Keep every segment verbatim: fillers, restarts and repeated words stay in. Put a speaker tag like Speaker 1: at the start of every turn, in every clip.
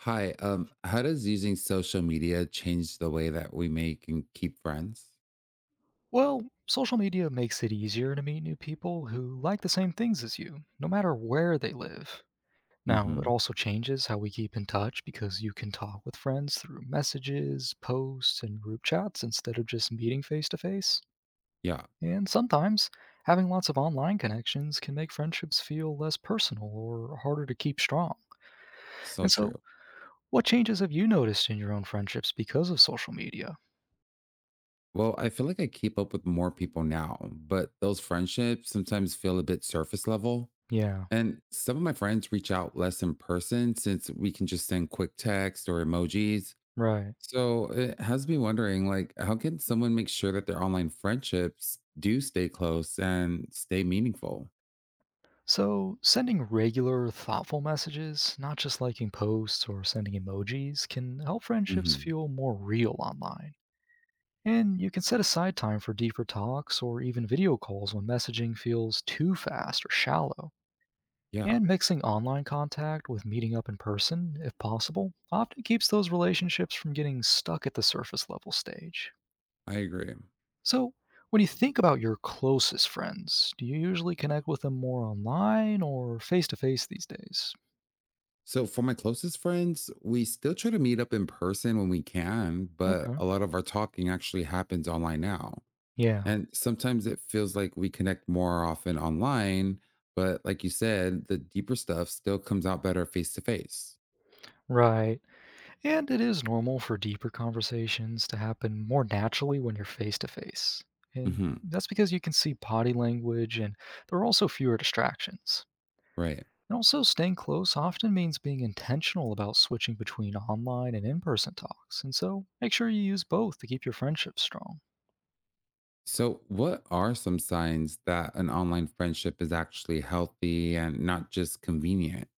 Speaker 1: Hi, um, how does using social media change the way that we make and keep friends?
Speaker 2: Well, social media makes it easier to meet new people who like the same things as you, no matter where they live. Now, it
Speaker 1: Hmm.
Speaker 2: also changes how we keep in touch because you can talk with friends through messages, posts, and group chats instead of just meeting face to face.
Speaker 1: Yeah,
Speaker 2: And sometimes, having lots of online connections can make friendships feel less personal or harder to keep strong.
Speaker 1: so
Speaker 2: And so,
Speaker 1: true.
Speaker 2: what changes have you noticed in your own friendships because of social media?
Speaker 1: Well, I feel like I keep up with more people now, but those friendships sometimes feel a bit surface level.
Speaker 2: Yeah,
Speaker 1: And some of my friends reach out less in person since we can just send quick text or emojis.
Speaker 2: right.
Speaker 1: So it has me wondering, like, how can someone make sure that their online friendships do stay close and stay meaningful?
Speaker 2: So, sending regular, thoughtful messages, not just liking posts or sending emojis, can help friendships
Speaker 1: Hmm.
Speaker 2: feel more real online. And you can set aside time for deeper talks or even video calls when messaging feels too fast or shallow.
Speaker 1: Yeah,
Speaker 2: And mixing online contact with meeting up in person, if possible, often keeps those relationships from getting stuck at the surface level stage.
Speaker 1: I agree.
Speaker 2: So, when you think about your closest friends, do you usually connect with them more online or face to face these days?
Speaker 1: So, for my closest friends, we still try to meet up in person when we can, but
Speaker 2: Okay.
Speaker 1: a lot of our talking actually happens online now.
Speaker 2: Yeah.
Speaker 1: And sometimes it feels like we connect more often online, but like you said, the deeper stuff still comes out better face to face.
Speaker 2: Right. And it is normal for deeper conversations to happen more naturally when you're face to face. And
Speaker 1: Mhm.
Speaker 2: that's because you can see body language and there are also fewer distractions.
Speaker 1: Right.
Speaker 2: And also, staying close often means being intentional about switching between online and in person talks. And so, make sure you use both to keep your friendship strong.
Speaker 1: So, what are some signs that an online friendship is actually healthy and not just convenient?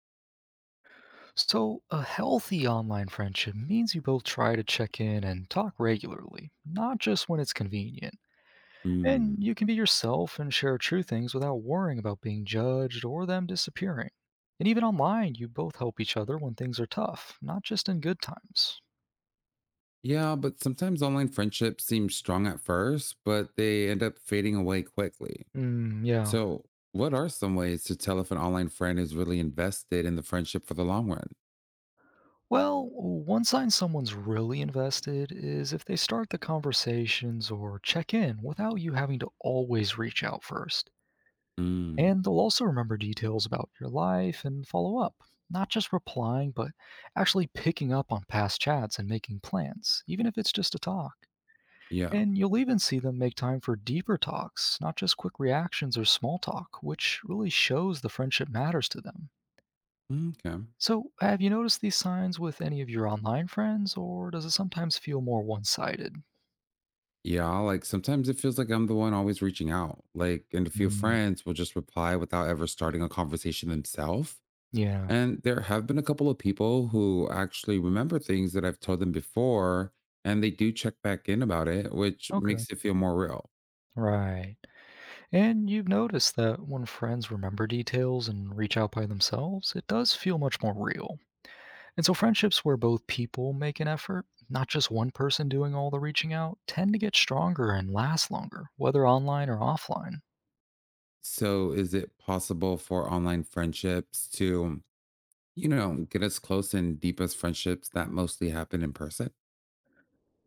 Speaker 2: So, a healthy online friendship means you both try to check in and talk regularly, not just when it's convenient. And
Speaker 1: Mm.
Speaker 2: you can be yourself and share true things without worrying about being judged or them disappearing. And even online, you both help each other when things are tough, not just in good times.
Speaker 1: Yeah, but sometimes online friendships seem strong at first, but they end up fading away quickly.
Speaker 2: Hmm, yeah.
Speaker 1: So, what are some ways to tell if an online friend is really invested in the friendship for the long run?
Speaker 2: Well, one sign someone's really invested is if they start the conversations or check in without you having to always reach out first.
Speaker 1: Mm,
Speaker 2: And they'll also remember details about your life and follow up, not just replying, but actually picking up on past chats and making plans, even if it's just a talk.
Speaker 1: yeah.
Speaker 2: And you'll even see them make time for deeper talks, not just quick reactions or small talk, which really shows the friendship matters to them.
Speaker 1: Okay.
Speaker 2: So, have you noticed these signs with any of your online friends, or does it sometimes feel more one sided?
Speaker 1: Yeah. Like sometimes it feels like I'm the one always reaching out. Like, and a few
Speaker 2: Mm,
Speaker 1: friends will just reply without ever starting a conversation themselves.
Speaker 2: yeah.
Speaker 1: And there have been a couple of people who actually remember things that I've told them before, and they do check back in about it, which
Speaker 2: Okay.
Speaker 1: makes it feel more real.
Speaker 2: Right. And you've noticed that when friends remember details and reach out by themselves, it does feel much more real. And so friendships where both people make an effort, not just one person doing all the reaching out, tend to get stronger and last longer, whether online or offline.
Speaker 1: So, is it possible for online friendships to, you know, get us close and deepest friendships that mostly happen in person?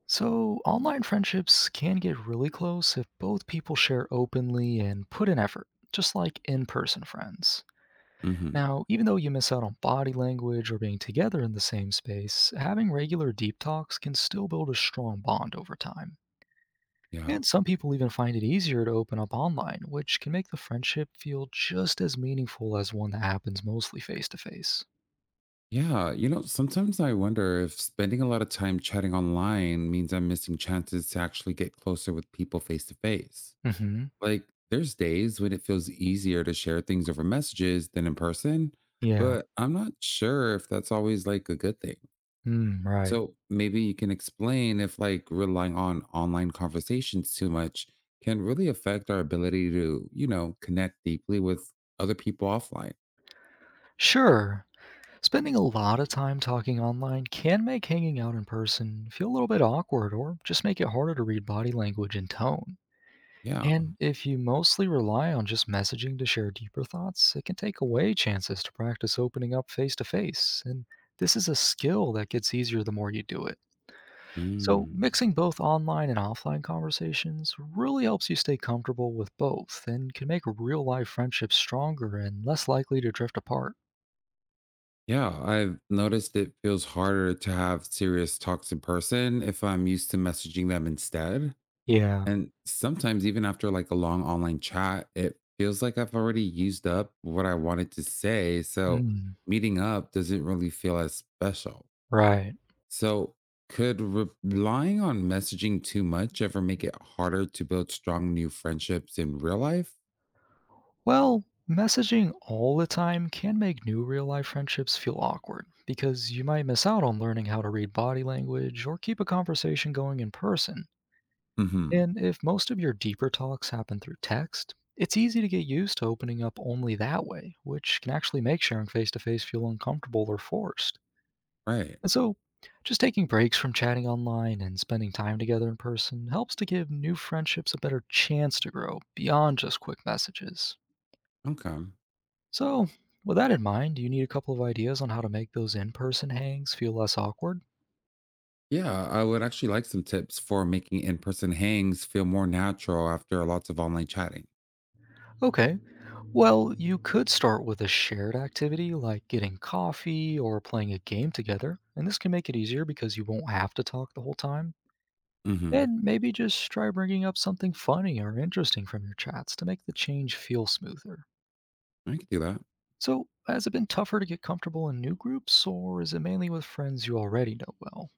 Speaker 2: So, online friendships can get really close if both people share openly and put in effort, just like in person friends.
Speaker 1: Hmm.
Speaker 2: Now, even though you miss out on body language or being together in the same space, having regular deep talks can still build a strong bond over time.
Speaker 1: Yeah.
Speaker 2: And some people even find it easier to open up online, which can make the friendship feel just as meaningful as one that happens mostly face to face.
Speaker 1: Yeah. You know, sometimes I wonder if spending a lot of time chatting online means I'm missing chances to actually get closer with people face to face.
Speaker 2: Hmm.
Speaker 1: Like, there's days when it feels easier to share things over messages than in person,
Speaker 2: Yeah.
Speaker 1: but I'm not sure if that's always like a good thing.
Speaker 2: Mm, right.
Speaker 1: So maybe you can explain if like relying on online conversations too much can really affect our ability to, you know, connect deeply with other people offline.
Speaker 2: Sure. Spending a lot of time talking online can make hanging out in person feel a little bit awkward or just make it harder to read body language and tone.
Speaker 1: Yeah.
Speaker 2: And if you mostly rely on just messaging to share deeper thoughts, it can take away chances to practice opening up face to face. And this is a skill that gets easier the more you do it. So,
Speaker 1: Mm.
Speaker 2: mixing both online and offline conversations really helps you stay comfortable with both and can make real life friendships stronger and less likely to drift apart.
Speaker 1: Yeah, I've noticed it feels harder to have serious talks in person if I'm used to messaging them instead.
Speaker 2: Yeah.
Speaker 1: And sometimes even after like a long online chat, it feels like I've already used up what I wanted to say, so
Speaker 2: Mm,
Speaker 1: meeting up doesn't really feel as special.
Speaker 2: right.
Speaker 1: So, could relying on messaging too much ever make it harder to build strong new friendships in real life?
Speaker 2: Well, messaging all the time can make new real life friendships feel awkward because you might miss out on learning how to read body language or keep a conversation going in person.
Speaker 1: Hmm.
Speaker 2: And if most of your deeper talks happen through text, it's easy to get used to opening up only that way, which can actually make sharing face to face feel uncomfortable or forced.
Speaker 1: Right.
Speaker 2: And so, just taking breaks from chatting online and spending time together in person helps to give new friendships a better chance to grow beyond just quick messages.
Speaker 1: Okay.
Speaker 2: So, with that in mind, do you need a couple of ideas on how to make those in person hangs feel less awkward?
Speaker 1: Yeah, I would actually like some tips for making in person hangs feel more natural after lots of online chatting.
Speaker 2: Okay. Well, you could start with a shared activity like getting coffee or playing a game together, and this can make it easier because you won't have to talk the whole time.
Speaker 1: Hmm.
Speaker 2: And maybe just try bringing up something funny or interesting from your chats to make the change feel smoother.
Speaker 1: I can do that.
Speaker 2: So, has it been tougher to get comfortable in new groups, or is it mainly with friends you already know well?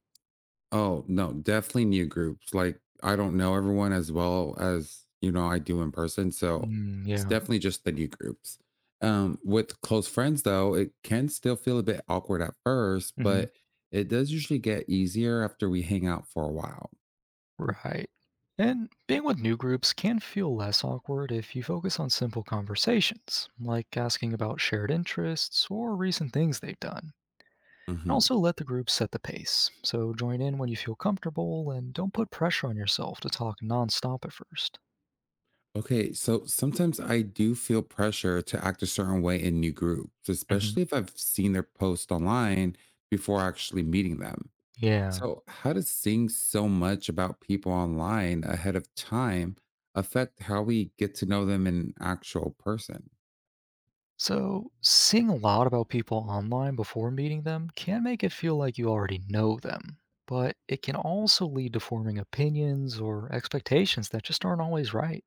Speaker 1: Oh, no, definitely new groups. Like, I don't know everyone as well as, you know, I do in person. So
Speaker 2: Mm,
Speaker 1: it's
Speaker 2: yeah.
Speaker 1: definitely just the new groups. Um, with close friends, though, it can still feel a bit awkward at first,
Speaker 2: Hmm.
Speaker 1: but it does usually get easier after we hang out for a while.
Speaker 2: Right. And being with new groups can feel less awkward if you focus on simple conversations, like asking about shared interests or recent things they've done. And
Speaker 1: Hmm.
Speaker 2: also let the group set the pace. So join in when you feel comfortable and don't put pressure on yourself to talk nonstop at first.
Speaker 1: Okay, so sometimes I do feel pressure to act a certain way in new groups,
Speaker 2: Hmm.
Speaker 1: especially if I've seen their post online before actually meeting them.
Speaker 2: Yeah.
Speaker 1: So, how does seeing so much about people online ahead of time affect how we get to know them in actual person?
Speaker 2: So seeing a lot about people online before meeting them can make it feel like you already know them, but it can also lead to forming opinions or expectations that just aren't always right.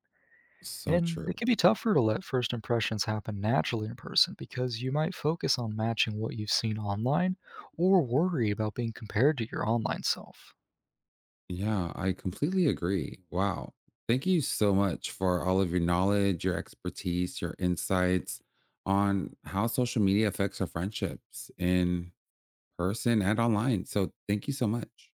Speaker 1: So
Speaker 2: And it
Speaker 1: true.
Speaker 2: can be tougher to let first impressions happen naturally in person because you might focus on matching what you've seen online or worry about being compared to your online self.
Speaker 1: Yeah, I completely agree. Wow. Thank you so much for all of your knowledge, your expertise, your insights on how social media affects our friendships in person and online. So, thank you so much.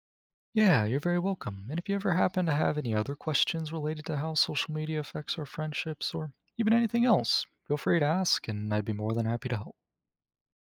Speaker 2: Yeah, you're very welcome. And if you ever happen to have any other questions related to how social media affects our friendships or even anything else, feel free to ask and I'd be more than happy to help.